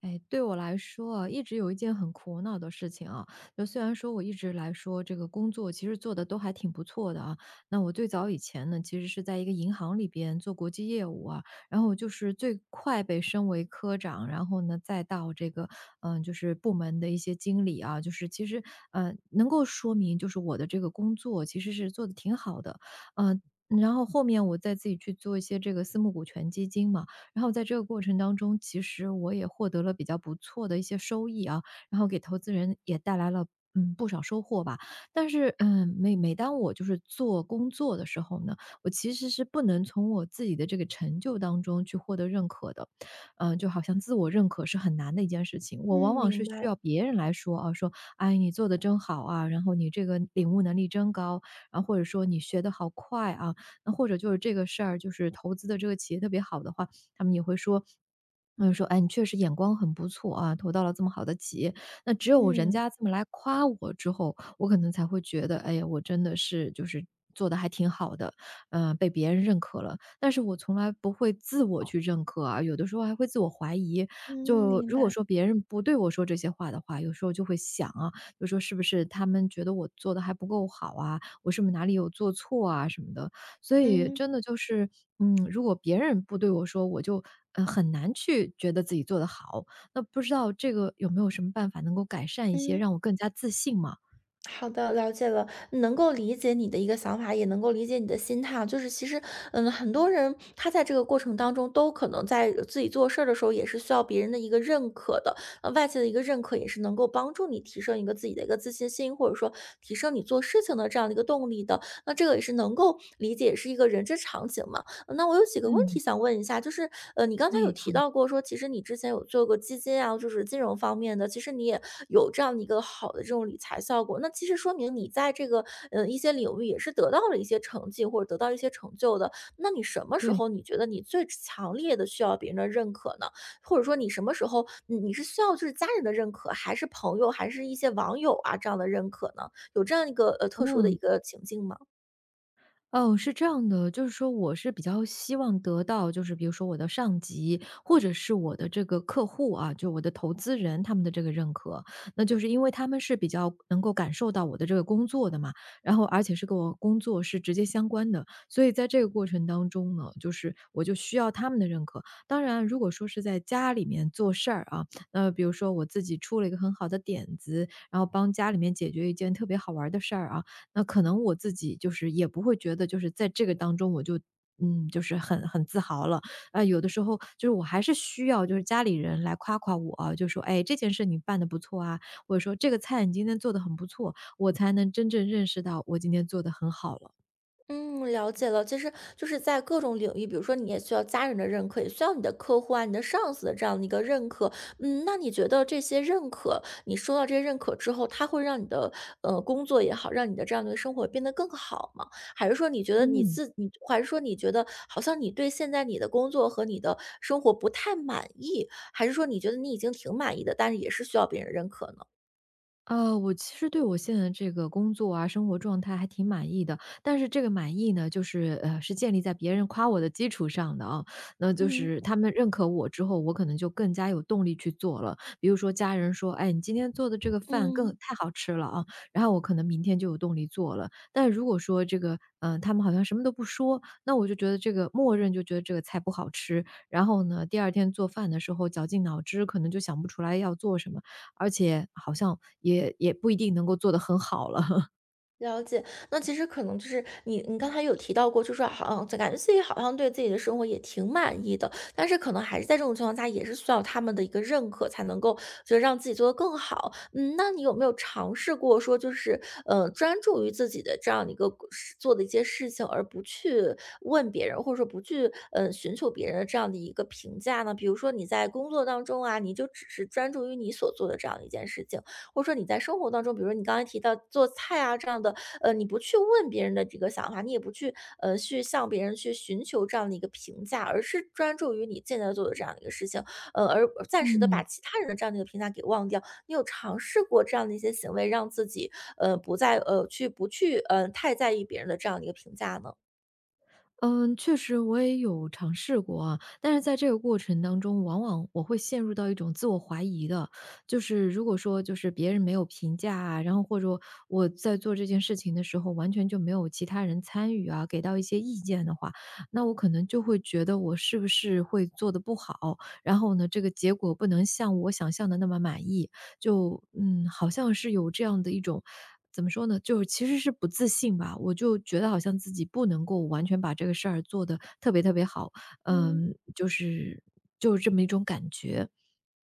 哎，对我来说啊，一直有一件很苦恼的事情啊，就虽然说我一直来说这个工作其实做的都还挺不错的啊，那我最早以前呢，其实是在一个银行里边做国际业务啊，然后我就是最快被升为科长，然后呢，再到这个就是部门的一些经理啊，就是其实能够说明就是我的这个工作其实是做的挺好的。嗯、然后后面我再自己去做一些这个私募股权基金嘛。然后在这个过程当中，其实我也获得了比较不错的一些收益啊，然后给投资人也带来了不少收获吧。但是，每每当我就是做工作的时候呢，我其实是不能从我自己的这个成就当中去获得认可的。就好像自我认可是很难的一件事情。我往嗯，往是明需白，要别人来说啊，说，哎，你做的真好啊，然后你这个领悟能力真高，然后或者说你学的好快啊，那或者就是这个事儿，就是投资的这个企业特别好的话，他们也会说说：“哎，你确实眼光很不错啊，投到了这么好的企业。”那只有人嗯，家这么来夸我之后，我可能才会觉得，哎呀，我真的是就是做的还挺好的，被别人认可了。但是我从来不会自我去认可啊，有的时候还会自我怀疑。嗯，就明如果白，说别人不对我说这些话的话，有时候就会想啊，就说是不是他们觉得我做的还不够好啊，我是不是哪里有做错啊什么的。所以嗯，真的就是，如果别人不对我说，我就，很难去觉得自己做得好。那不知道这个有没有什么办法能够改善一些，嗯，让我更加自信嘛？好的，了解了，能够理解你的一个想法，也能够理解你的心态啊。就是其实，很多人他在这个过程当中，都可能在自己做事儿的时候，也是需要别人的一个认可的，外界的一个认可，也是能够帮助你提升一个自己的一个自信心，或者说提升你做事情的这样的一个动力的。那这个也是能够理解，是一个人之常情嘛。那我有几个问题嗯，想问一下，就是，你刚才有哎，好。提嗯，到过说，其实你之前有做过基金啊，就是金融方面的，其实你也有这样的一个好的这种理财效果，那其实说明你在这个，一些领域也是得到了一些成绩，或者得到一些成就的。那你什么时对。候你觉得你最强烈的需要别人的认可呢？或者说你什么时候你是需要就是家人的认可，还是朋友，还是一些网友啊，这样的认可呢？有这样一个，特殊的一嗯。个情境吗？哦，是这样的，就是说我是比较希望得到，就是比如说我的上级或者是我的这个客户啊，就我的投资人他们的这个认可，那就是因为他们是比较能够感受到我的这个工作的嘛，然后而且是跟我工作是直接相关的，所以在这个过程当中呢，就是我就需要他们的认可。当然，如果说是在家里面做事儿啊，那比如说我自己出了一个很好的点子，然后帮家里面解决一件特别好玩儿的事儿啊，那可能我自己就是也不会觉得就是在这个当中我就就是很自豪了。啊，有的时候就是我还是需要就是家里人来夸夸我啊就说：“哎，这件事你办的不错啊。”或者说：“这个菜你今天做的很不错。”我才能真正认识到我今天做的很好了。嗯，了解了。其实就是在各种领域，比如说你也需要家人的认可，也需要你的客户啊、你的上司的这样的一个认可。嗯，那你觉得这些认可，你收到这些认可之后，它会让你的工作也好，让你的这样的一个生活变得更好吗？还是说你觉得你嗯。自你，还是说你觉得好像你对现在你的工作和你的生活不太满意，还是说你觉得你已经挺满意的，但是也是需要别人认可呢？我其实对我现在的这个工作啊，生活状态还挺满意的，但是这个满意呢，就是是建立在别人夸我的基础上的啊。那就嗯。是他们认可我之后，我可能就更加有动力去做了。比如说家人说：“哎，你今天做的这个饭更嗯。太好吃了啊！”然后我可能明天就有动力做了。但如果说这个，他们好像什么都不说，那我就觉得这个默认就觉得这个菜不好吃，然后呢，第二天做饭的时候绞尽脑汁，可能就想不出来要做什么。而且好像也不一定能够做得很好了。了解，那其实可能就是你刚才有提到过，就说好像感觉自己好像对自己的生活也挺满意的，但是可能还是在这种情况下，也是需要他们的一个认可，才能够就是让自己做得更好。嗯，那你有没有尝试过说，就是专注于自己的这样的一个事做的一些事情，而不去问别人，或者说不去寻求别人的这样的一个评价呢？比如说你在工作当中啊，你就只是专注于你所做的这样的一件事情。或者说你在生活当中，比如说你刚才提到做菜啊这样的，你不去问别人的这个想法，你也不去，去向别人去寻求这样的一个评价，而是专注于你现在做的这样一个事情，而暂时的把嗯，其他人的这样的一个评价给忘掉。你有尝试过这样的一些行为，让自己，不再，呃，去不去，呃，太在意别人的这样的一个评价呢？嗯，确实我也有尝试过啊，但是在这个过程当中，往往我会陷入到一种自我怀疑的，就是如果说就是别人没有评价啊，然后或者我在做这件事情的时候，完全就没有其他人参与啊，给到一些意见的话，那我可能就会觉得我是不是会做得不好，然后呢，这个结果不能像我想象的那么满意，就好像是有这样的一种怎么说呢，就是其实是不自信吧，我就觉得好像自己不能够完全把这个事儿做得特别特别好，嗯。嗯，就是就是这么一种感觉。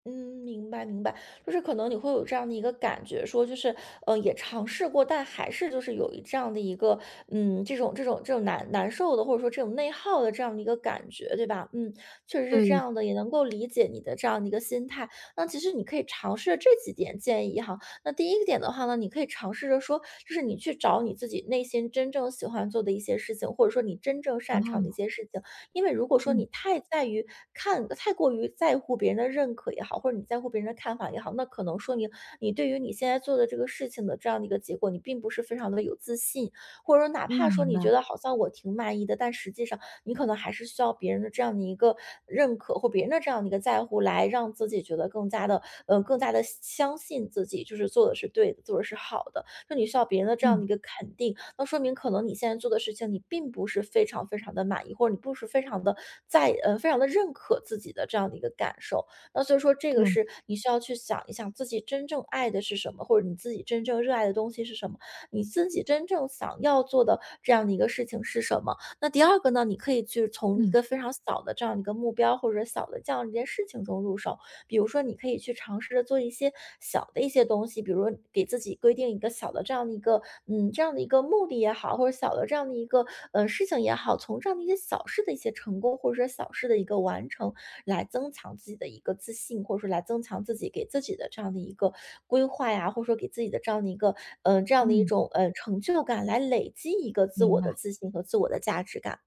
嗯，明白明白，就是可能你会有这样的一个感觉，说就是，也尝试过，但还是就是有这样的一个，这种难受的，或者说这种内耗的这样的一个感觉，对吧？嗯，确实是这对，样的，也能够理解你的这样的一个心态。那其实你可以尝试这几点建议哈。那第一个点的话呢，你可以尝试着说，就是你去找你自己内心真正喜欢做的一些事情，或者说你真正然擅后，长的一些事情。因为如果说嗯，你太过于在乎别人的认可也好，或者你在乎别人的看法也好，那可能说明你对于你现在做的这个事情的这样的一个结果，你并不是非常的有自信，或者说哪嗯，怕说明你白，觉得好像我挺满意的，但实际上你可能还是需要别人的这样的一个认可或别人的这样的一个在乎，来让自己觉得更加的，更加的相信自己，就是做的是对的，做的是好的，就你需要别人的这样嗯，的一个肯定，那说明可能你现在做的事情，你并不是非常非常的满意，或者你不是非常的非常的认可自己的这样的一个感受。那所以说这个对，是你需要去想一想自己真正爱的是什么，或者你自己真正热爱的东西是什么，你自己真正想要做的这样的一个事情是什么。那第二个呢，你可以去从一嗯，个非常小的这样的一个目标，或者小的这样一件事情中入手。比如说，你可以去尝试着做一些小的一些东西，比如给自己规定一个小的这样的一个，这样的一个目的也好，或者小的这样的一个，事情也好，从这样的一些小事的一些成功，或者说小事的一个完成，来增强自己的一个自信，或者说来增强自己给自己的这样的一个规划呀，或者说给自己的这样的一个，这样的一嗯，种，成就感，来累积一个自明我白。的自信和自我的价值感。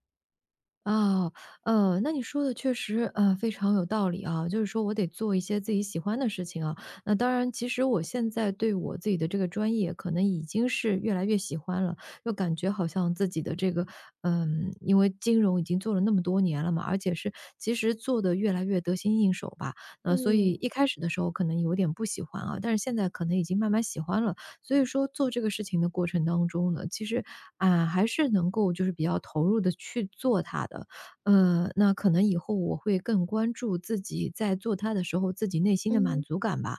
啊，那你说的确实，非常有道理啊。就是说我得做一些自己喜欢的事情啊。那当然，其实我现在对我自己的这个专业可能已经是越来越喜欢了，又感觉好像自己的这个，因为金融已经做了那么多年了嘛，而且是其实做的越来越得心应手吧。所以嗯一开始的时候可能有点不喜欢啊，但是现在可能已经慢慢喜欢了。所以说做这个事情的过程当中呢，其实，啊，还是能够就是比较投入的去做它的。那可能以后我会更关注自己在做它的时候，自己内心的满嗯足感吧。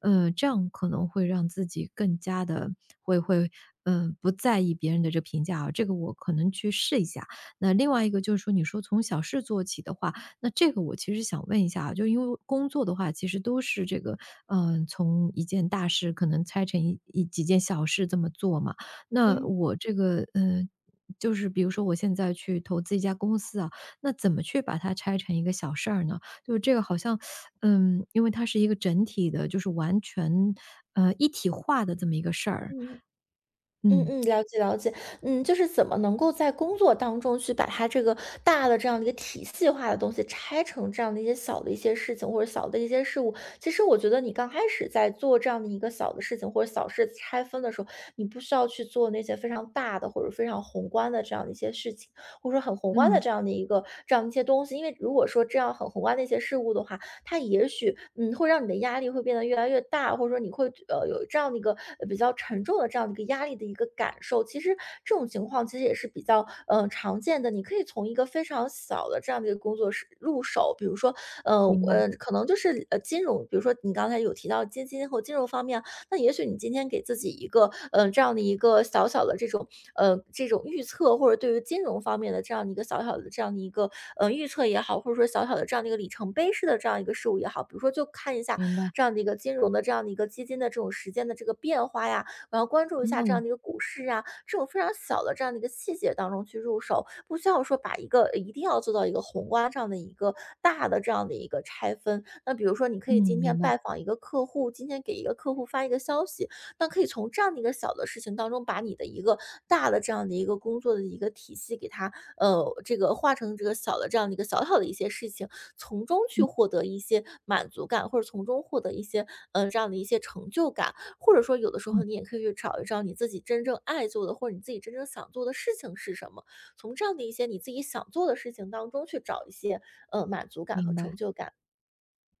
这样可能会让自己更加的会会，不在意别人的这评价啊，这个我可能去试一下。那另外一个就是说，你说从小事做起的话，那这个我其实想问一下啊，就因为工作的话，其实都是这个，从一件大事可能拆成几件小事这么做嘛。那嗯我这个，就是比如说我现在去投资一家公司啊，那怎么去把它拆成一个小事儿呢？就是这个好像，因为它是一个整体的，就是完全，一体化的这么一个事儿。嗯。嗯嗯嗯，了解了解。嗯，就是怎么能够在工作当中去把它这个大的这样的一个体系化的东西拆成这样的一些小的一些事情或者小的一些事物。其实我觉得你刚开始在做这样的一个小的事情或者小事拆分的时候，你不需要去做那些非常大的或者非常宏观的这样的一些事情，或者说很宏观的嗯，这样的一个这样一些东西。因为如果说这样很宏观的一些事物的话，它也许会让你的压力会变得越来越大，或者说你会有这样的一个比较沉重的这样的一个压力的一个感受。其实这种情况其实也是比较常见的，你可以从一个非常小的这样的一个工作室入手，比如说呃明白可能就是金融，比如说你刚才有提到基金和金融方面，那也许你今天给自己一个这样的一个小小的这种，这种预测，或者对于金融方面的这样的一个小小的这样的一个，预测也好，或者说小小的这样的一个里程碑式的这样一个事物也好，比如说就看一下明白，这样的一个金融的这样的一个基金的这种时间的这个变化呀，然后关注一下这哦，样的一个股市啊，这种非常小的这样的一个细节当中去入手，不需要说把一个一定要做到一个宏观样的一个大的这样的一个拆分。那比如说，你可以嗯，今天明白，拜访一个客户，今天给一个客户发一个消息，那可以从这样的一个小的事情当中，把你的一个大的这样的一个工作的一个体系，给它这个化成这个小的这样的一个小小的一些事情，从中去嗯获得一些满足感，或者从中获得一些这样的一些成就感。或者说有的时嗯，候你也可以去找一找你自己真正爱做的，或者你自己真正想做的事情是什么，从这样的一些你自己想做的事情当中去找一些，满足感和明成白。就感。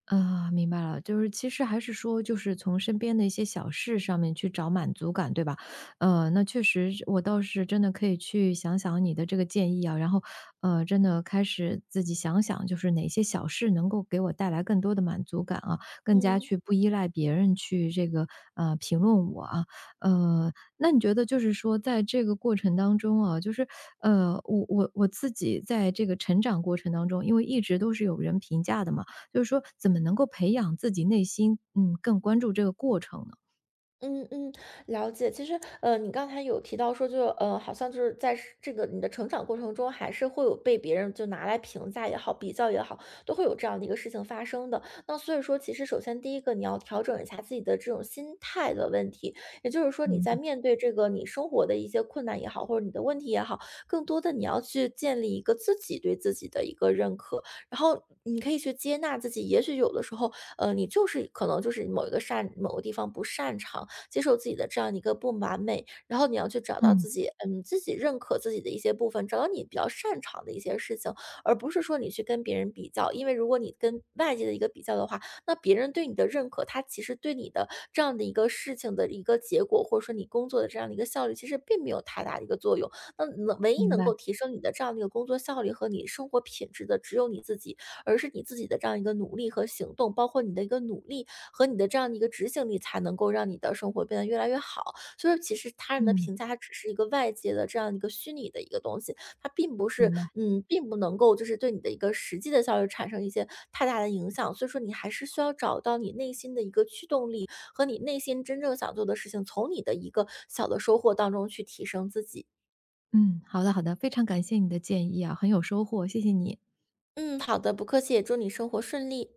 啊，明白了，就是其实还是说，就是从身边的一些小事上面去找满足感，对吧？那确实是我倒是真的可以去想想你的这个建议啊，然后，真的开始自己想想，就是哪些小事能够给我带来更多的满足感啊，更加嗯。去不依赖别人去这个评论我啊，呃，那你觉得就是说，在这个过程当中啊，就是我自己在这个成长过程当中，因为一直都是有人评价的嘛。就是说怎么能够培养自己内心，更关注这个过程呢？嗯嗯，了解。其实，你刚才有提到说，就好像就是在是这个你的成长过程中，还是会有被别人就拿来评价也好，比较也好，都会有这样的一个事情发生的。那所以说，其实首先第一个，你要调整一下自己的这种心态的问题，也就是说，你明在白，面对这个你生活的一些困难也好，或者你的问题也好，更多的你要去建立一个自己对自己的一个认可，然后你可以去接纳自己。也许有的时候，你就是可能就是某个地方不擅长。接受自己的这样一个不完美，然后你要去找到嗯，自己，自己认可自己的一些部分，找到你比较擅长的一些事情，而不是说你去跟别人比较，因为如果你跟外界的一个比较的话，那别人对你的认可，他其实对你的这样的一个事情的一个结果，或者说你工作的这样的一个效率，其实并没有太大的一个作用。那能唯一明能白，够提升你的这样的一个工作效率和你生活品质的，只有你自己。而是你自己的这样一个努力和行动，包括你的一个努力和你的这样的一个执行力，才能够让你的生活变得越来越好。所以其实他人的嗯，评价，它只是一个外界的这样一个虚拟的一个东西，它并不是，明白，并不能够就是对你的一个实际的效率产生一些太大的影响。所以说，你还是需要找到你内心的一个驱动力和你内心真正想做的事情，从你的一个小的收获当中去提升自己。嗯，嗯，好的好的，非常感谢你的建议啊，很有收获，谢谢你。嗯，好的，不客气，也祝你生活顺利。